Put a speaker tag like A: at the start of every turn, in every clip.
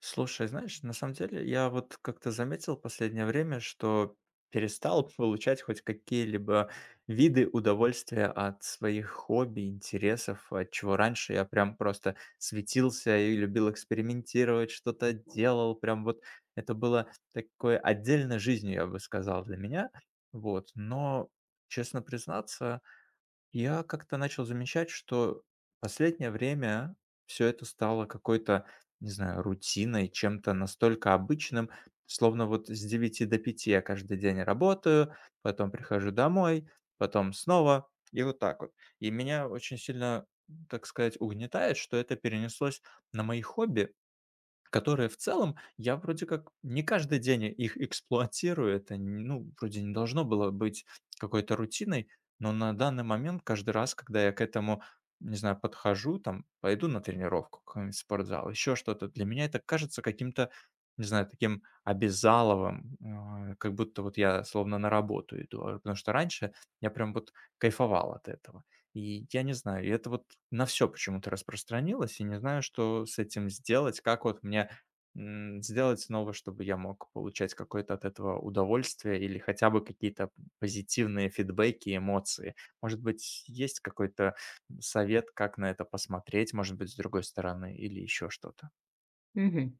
A: Слушай, знаешь, на самом деле я вот как-то заметил последнее время, что перестал получать хоть какие-либо виды удовольствия от своих хобби, интересов, от чего раньше я прям просто светился и любил экспериментировать, что-то делал, прям вот это было такой отдельной жизнью, я бы сказал, для меня, вот, но, честно признаться, я как-то начал замечать, что последнее время все это стало какой-то, не знаю, рутиной, чем-то настолько обычным, словно вот с 9 до 5 я каждый день работаю, потом прихожу домой, потом снова, и вот так вот. И меня очень сильно, так сказать, угнетает, что это перенеслось на мои хобби. Которые в целом я вроде как не каждый день их эксплуатирую. Это, вроде не должно было быть какой-то рутиной, но на данный момент каждый раз, когда я к этому, не знаю, подхожу, там, пойду на тренировку в какой-нибудь спортзал, еще что-то, для меня это кажется каким-то, не знаю, таким обязаловым, как будто вот я словно на работу иду. Потому что раньше я прям вот кайфовал от этого. И я не знаю, и это вот на все почему-то распространилось, и не знаю, что с этим сделать. Как вот мне, сделать снова, чтобы я мог получать какое-то от этого удовольствие или хотя бы какие-то позитивные фидбэки, эмоции? Может быть, есть какой-то совет, как на это посмотреть, может быть, с другой стороны или еще что-то?
B: Мгм.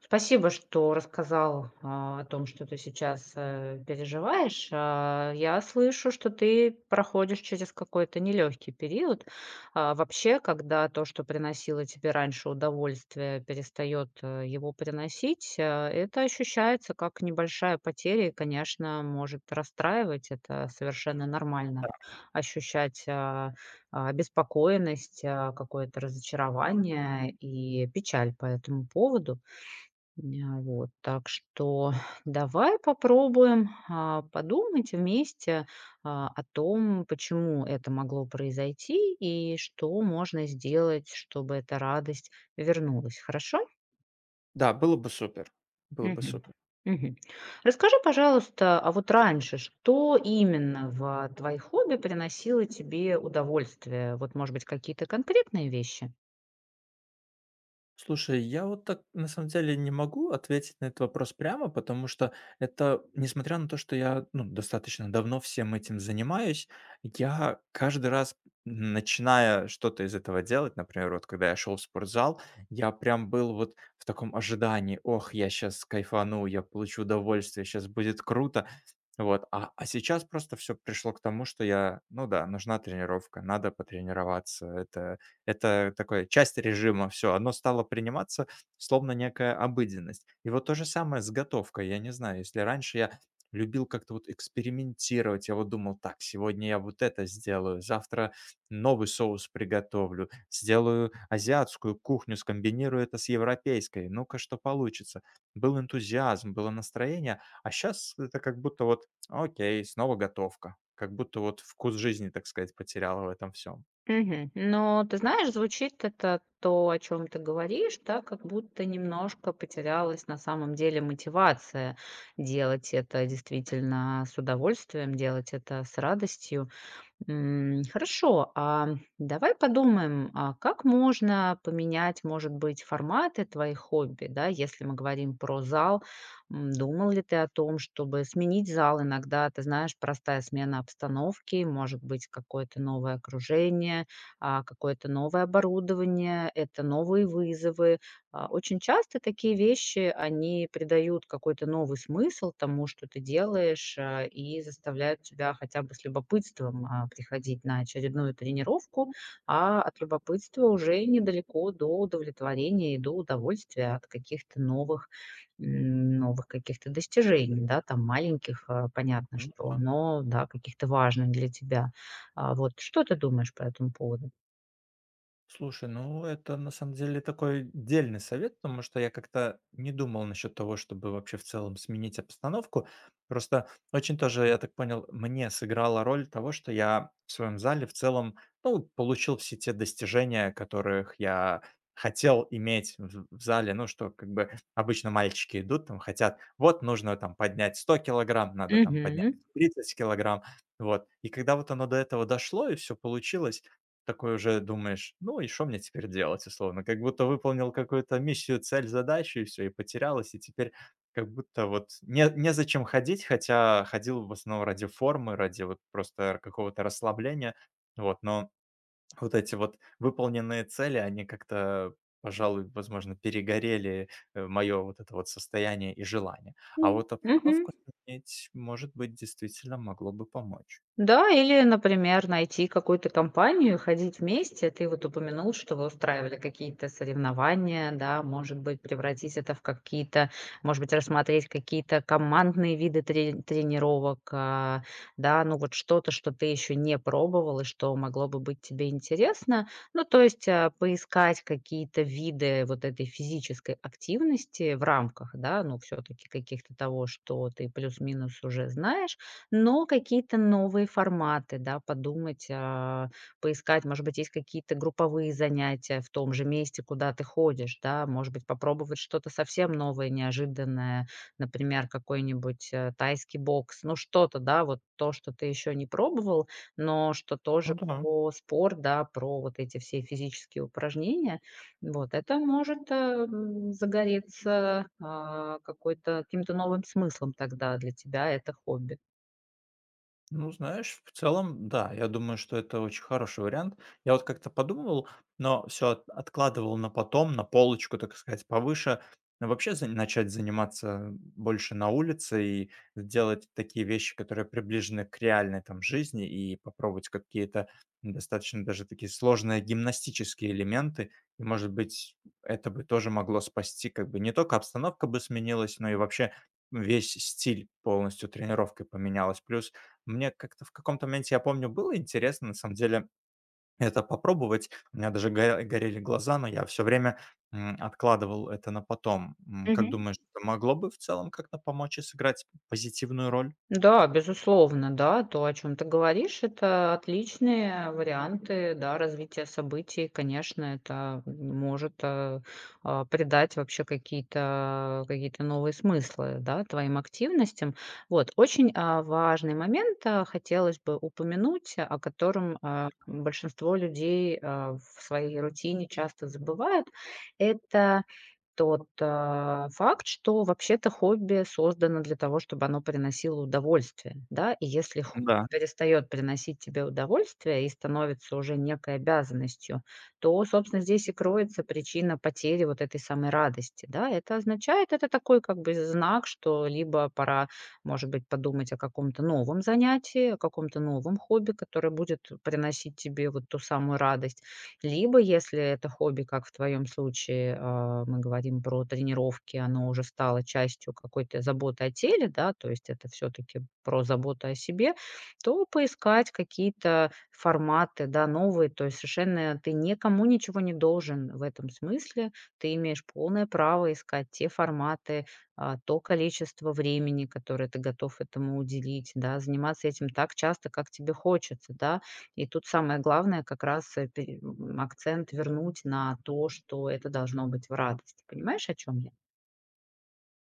B: Спасибо, что рассказал, о том, что ты сейчас, переживаешь. Я слышу, что ты проходишь через какой-то нелегкий период. Вообще, когда то, что приносило тебе раньше удовольствие, перестает, его приносить, это ощущается как небольшая потеря и, конечно, может расстраивать. Это совершенно нормально ощущать, беспокоенность, какое-то разочарование и печаль по этому поводу. Ня вот, так что давай попробуем, подумать вместе, о том, почему это могло произойти и что можно сделать, чтобы эта радость вернулась. Хорошо?
A: Да, было бы супер, было бы
B: Мгм.
A: супер.
B: Мгм. Расскажи, пожалуйста, а вот раньше, что именно в твоих хобби приносило тебе удовольствие? Вот, может быть, какие-то конкретные вещи?
A: Слушай, я вот так на самом деле не могу ответить на этот вопрос прямо, потому что это, несмотря на то, что я ну, достаточно давно всем этим занимаюсь, я каждый раз, начиная что-то из этого делать, например, вот когда я шел в спортзал, я прям был вот в таком ожидании, ох, я сейчас кайфану, я получу удовольствие, сейчас будет круто. Вот, а сейчас просто все пришло к тому, что я, ну да, нужна тренировка, надо потренироваться, это такое часть режима, все. Оно стало приниматься словно некая обыденность. И вот то же самое с готовкой. Я не знаю, если раньше я любил как-то вот экспериментировать, я вот думал: "Так, сегодня я вот это сделаю, завтра новый соус приготовлю, сделаю азиатскую кухню, скомбинирую это с европейской, ну-ка, что получится". Был энтузиазм, было настроение, а сейчас это как будто вот: "Окей, снова готовка". Как будто вот вкус жизни, так сказать, потеряла в этом всем.
B: Мгм. Но ты знаешь, звучит это то, о чем ты говоришь, да, как будто немножко потерялась на самом деле мотивация делать это действительно с удовольствием, делать это с радостью. Хорошо, а давай подумаем, а как можно поменять, может быть, форматы твоих хобби, да, если мы говорим про зал. Думал ли ты о том, чтобы сменить зал иногда? Ты знаешь, простая смена обстановки, может быть, какое-то новое окружение, какое-то новое оборудование, это новые вызовы. Очень часто такие вещи, они придают какой-то новый смысл тому, что ты делаешь, и заставляют тебя хотя бы с любопытством, приходить на очередную тренировку, а от любопытства уже недалеко до удовлетворения и до удовольствия от каких-то новых, новых каких-то достижений, да, там маленьких, понятно что, но, да, каких-то важных для тебя. Вот что ты думаешь по этому поводу?
A: Слушай, ну это на самом деле такой дельный совет, потому что я как-то не думал насчет того, чтобы вообще в целом сменить обстановку. Просто очень тоже, я так понял, мне сыграла роль того, что я в своем зале в целом, ну, получил все те достижения, которых я хотел иметь в зале, ну, что как бы обычно мальчики идут, там хотят, вот нужно там поднять 100 килограмм, надо там поднять
B: Мгм.
A: 30 килограмм, вот. И когда вот оно до этого дошло и все получилось, такой уже думаешь: "Ну и что мне теперь делать?" Условно. Как будто выполнил какую-то миссию, цель, задачу и все, и потерялась, и теперь как будто вот не незачем ходить, хотя ходил в основном ради формы, ради вот просто какого-то расслабления. Вот, но вот эти вот выполненные цели, они как-то, пожалуй, возможно, перегорели, мое вот это вот состояние и желание.
B: Ну,
A: А вот
B: мгм.
A: обстановку сменить, может быть, действительно могло бы помочь.
B: Да, или, например, найти какую-то компанию, и ходить вместе. Ты вот упомянул, что вы устраивали какие-то соревнования, да, может быть, превратить это в какие-то, может быть, рассмотреть какие-то командные виды тренировок, да, ну вот что-то, что ты еще не пробовал и что могло бы быть тебе интересно. Ну, то есть поискать какие-то виды вот этой физической активности в рамках, да, ну, все-таки каких-то того, что ты плюс-минус уже знаешь, но какие-то новые форматы, да, подумать, поискать, может быть, есть какие-то групповые занятия в том же месте, куда ты ходишь, да, может быть, попробовать что-то совсем новое, неожиданное, например, какой-нибудь тайский бокс, ну что-то, да, вот то, что ты еще не пробовал, но что тоже
A: Ну да.
B: про спорт, да, про вот эти все физические упражнения, вот, это может загореться какой-то, каким-то новым смыслом тогда для тебя это хобби.
A: Ну, знаешь, в целом, да, я думаю, что это очень хороший вариант. Я вот как-то подумывал, но все откладывал на потом, на полочку, так сказать, повыше. Но вообще начать заниматься больше на улице и делать такие вещи, которые приближены к реальной там жизни, и попробовать какие-то достаточно даже такие сложные гимнастические элементы. И, может быть, это бы тоже могло спасти, как бы не только обстановка бы сменилась, но и вообще весь стиль полностью тренировкой поменялась. Плюс мне как-то в каком-то моменте, я помню, было интересно на самом деле это попробовать. У меня даже горели глаза, но я все время, откладывал это на потом. Как
B: Мгм.
A: думаешь, это могло бы в целом как-то помочь и сыграть позитивную роль?
B: Да, безусловно, да, то, о чем ты говоришь, это отличные варианты, да, развития событий. Конечно, это может, придать вообще какие-то новые смыслы, да, твоим активностям. Вот, очень, важный момент, хотелось бы упомянуть, о котором, большинство людей, в своей рутине часто забывают. Это тот, факт, что вообще-то хобби создано для того, чтобы оно приносило удовольствие, да. И если хобби
A: Да.
B: перестает приносить тебе удовольствие и становится уже некой обязанностью, то, собственно, здесь и кроется причина потери вот этой самой радости, да. Это означает, это такой как бы знак, что либо пора, может быть, подумать о каком-то новом занятии, о каком-то новом хобби, которое будет приносить тебе вот ту самую радость. Либо, если это хобби, как в твоем случае, мы говорим про тренировки, оно уже стало частью какой-то заботы о теле, да, то есть это все-таки про заботу о себе, то поискать какие-то форматы, да, новые, то есть совершенно ты никому ничего не должен в этом смысле, ты имеешь полное право искать те форматы, то количество времени, которое ты готов этому уделить, да, заниматься этим так часто, как тебе хочется, да, и тут самое главное как раз, акцент вернуть на то, что это должно быть в радости. Понимаешь, о чем я?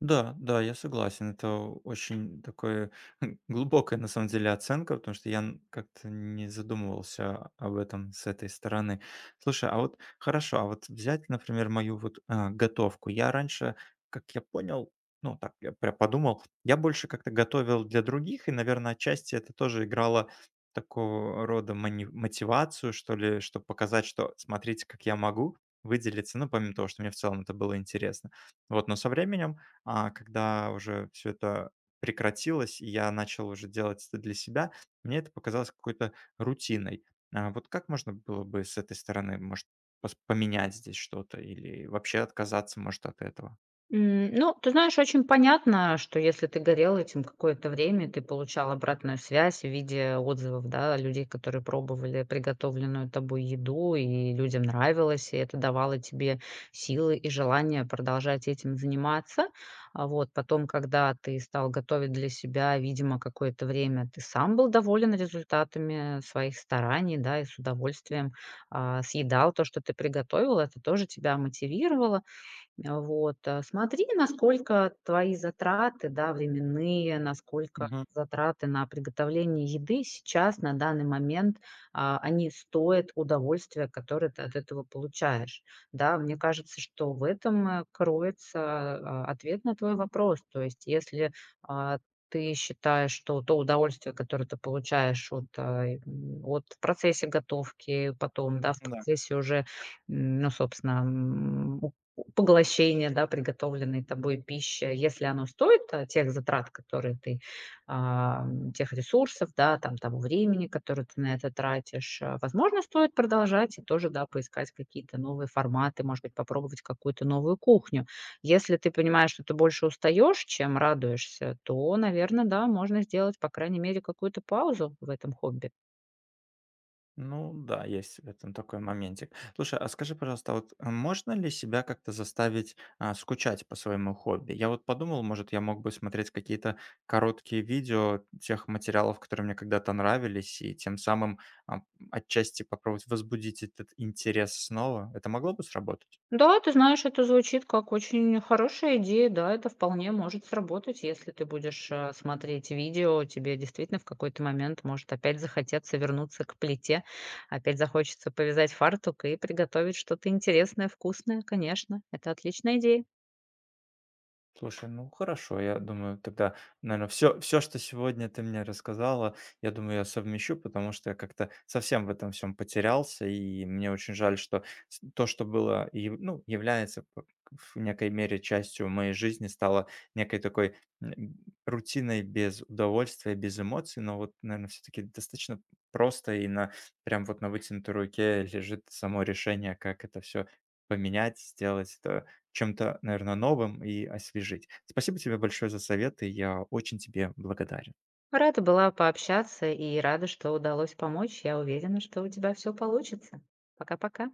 A: Да, да, я согласен. Это очень такое глубокая, на самом деле, оценка, потому что как-то не задумывался об этом с этой стороны. Слушай, а вот хорошо, а вот взять, например, мою вот готовку. Я раньше, как я понял, ну так, я прям подумал, я больше как-то готовил для других, и, наверное, отчасти это тоже играло такого рода мотивацию, что ли, чтобы показать, что смотрите, как я могу выделиться, ну, помимо того, что мне в целом это было интересно. Вот, но со временем когда уже все это прекратилось, и я начал уже делать это для себя, мне это показалось какой-то рутиной. А вот как можно было бы с этой стороны, может, пос поменять здесь что-то или вообще отказаться, может, от этого?
B: Ну, ты знаешь, очень понятно, что если ты горел этим какое-то время, ты получал обратную связь в виде отзывов, да, людей, которые пробовали приготовленную тобой еду, и людям нравилось, и это давало тебе силы и желание продолжать этим заниматься. А вот потом, когда ты стал готовить для себя, видимо, какое-то время ты сам был доволен результатами своих стараний, да, и с удовольствием съедал то, что ты приготовил, это тоже тебя мотивировало. Смотри, насколько твои затраты, да, временные, насколько
A: Мгм.
B: затраты на приготовление еды сейчас, на данный момент, они стоят удовольствия, которое ты от этого получаешь. Да, мне кажется, что в этом, кроется, ответ на твой вопрос. То есть если, а, ты считаешь, что то удовольствие, которое ты получаешь от, от в процессе готовки, потом, да, в
A: Да.
B: процессе уже, ну, собственно, поглощение, да, приготовленной тобой пищи, если оно стоит, тех затрат, которые ты, тех ресурсов, да, там того времени, которое ты на это тратишь, возможно, стоит продолжать и тоже, да, поискать какие-то новые форматы, может быть, попробовать какую-то новую кухню. Если ты понимаешь, что ты больше устаешь, чем радуешься, то, наверное, да, можно сделать, по крайней мере, какую-то паузу в этом хобби.
A: Ну да, есть в этом такой моментик. Слушай, а скажи, пожалуйста, а вот можно ли себя как-то заставить скучать по своему хобби? Я вот подумал, может, я мог бы смотреть какие-то короткие видео тех материалов, которые мне когда-то нравились, и тем самым а, отчасти попробовать возбудить этот интерес снова. Это могло бы сработать?
B: Да, ты знаешь, это звучит как очень хорошая идея. Да, это вполне может сработать, если ты будешь смотреть видео, тебе действительно в какой-то момент может опять захотеться вернуться к плите, опять захочется повязать фартук и приготовить что-то интересное, вкусное, конечно. Это отличная идея.
A: Слушай, ну хорошо, я думаю, тогда, наверное, все, все, что сегодня ты мне рассказала, я думаю, я совмещу, потому что я как-то совсем в этом всем потерялся, и мне очень жаль, что то, что было, и, ну, является в некой мере частью моей жизни, стало некой такой рутиной без удовольствия, без эмоций, но вот, наверное, все-таки достаточно просто и на прям вот на вытянутой руке лежит само решение, как это все поменять, сделать это чем-то, наверное, новым и освежить. Спасибо тебе большое за советы. Я очень тебе благодарен.
B: Рада была пообщаться и рада, что удалось помочь. Я уверена, что у тебя все получится. Пока-пока.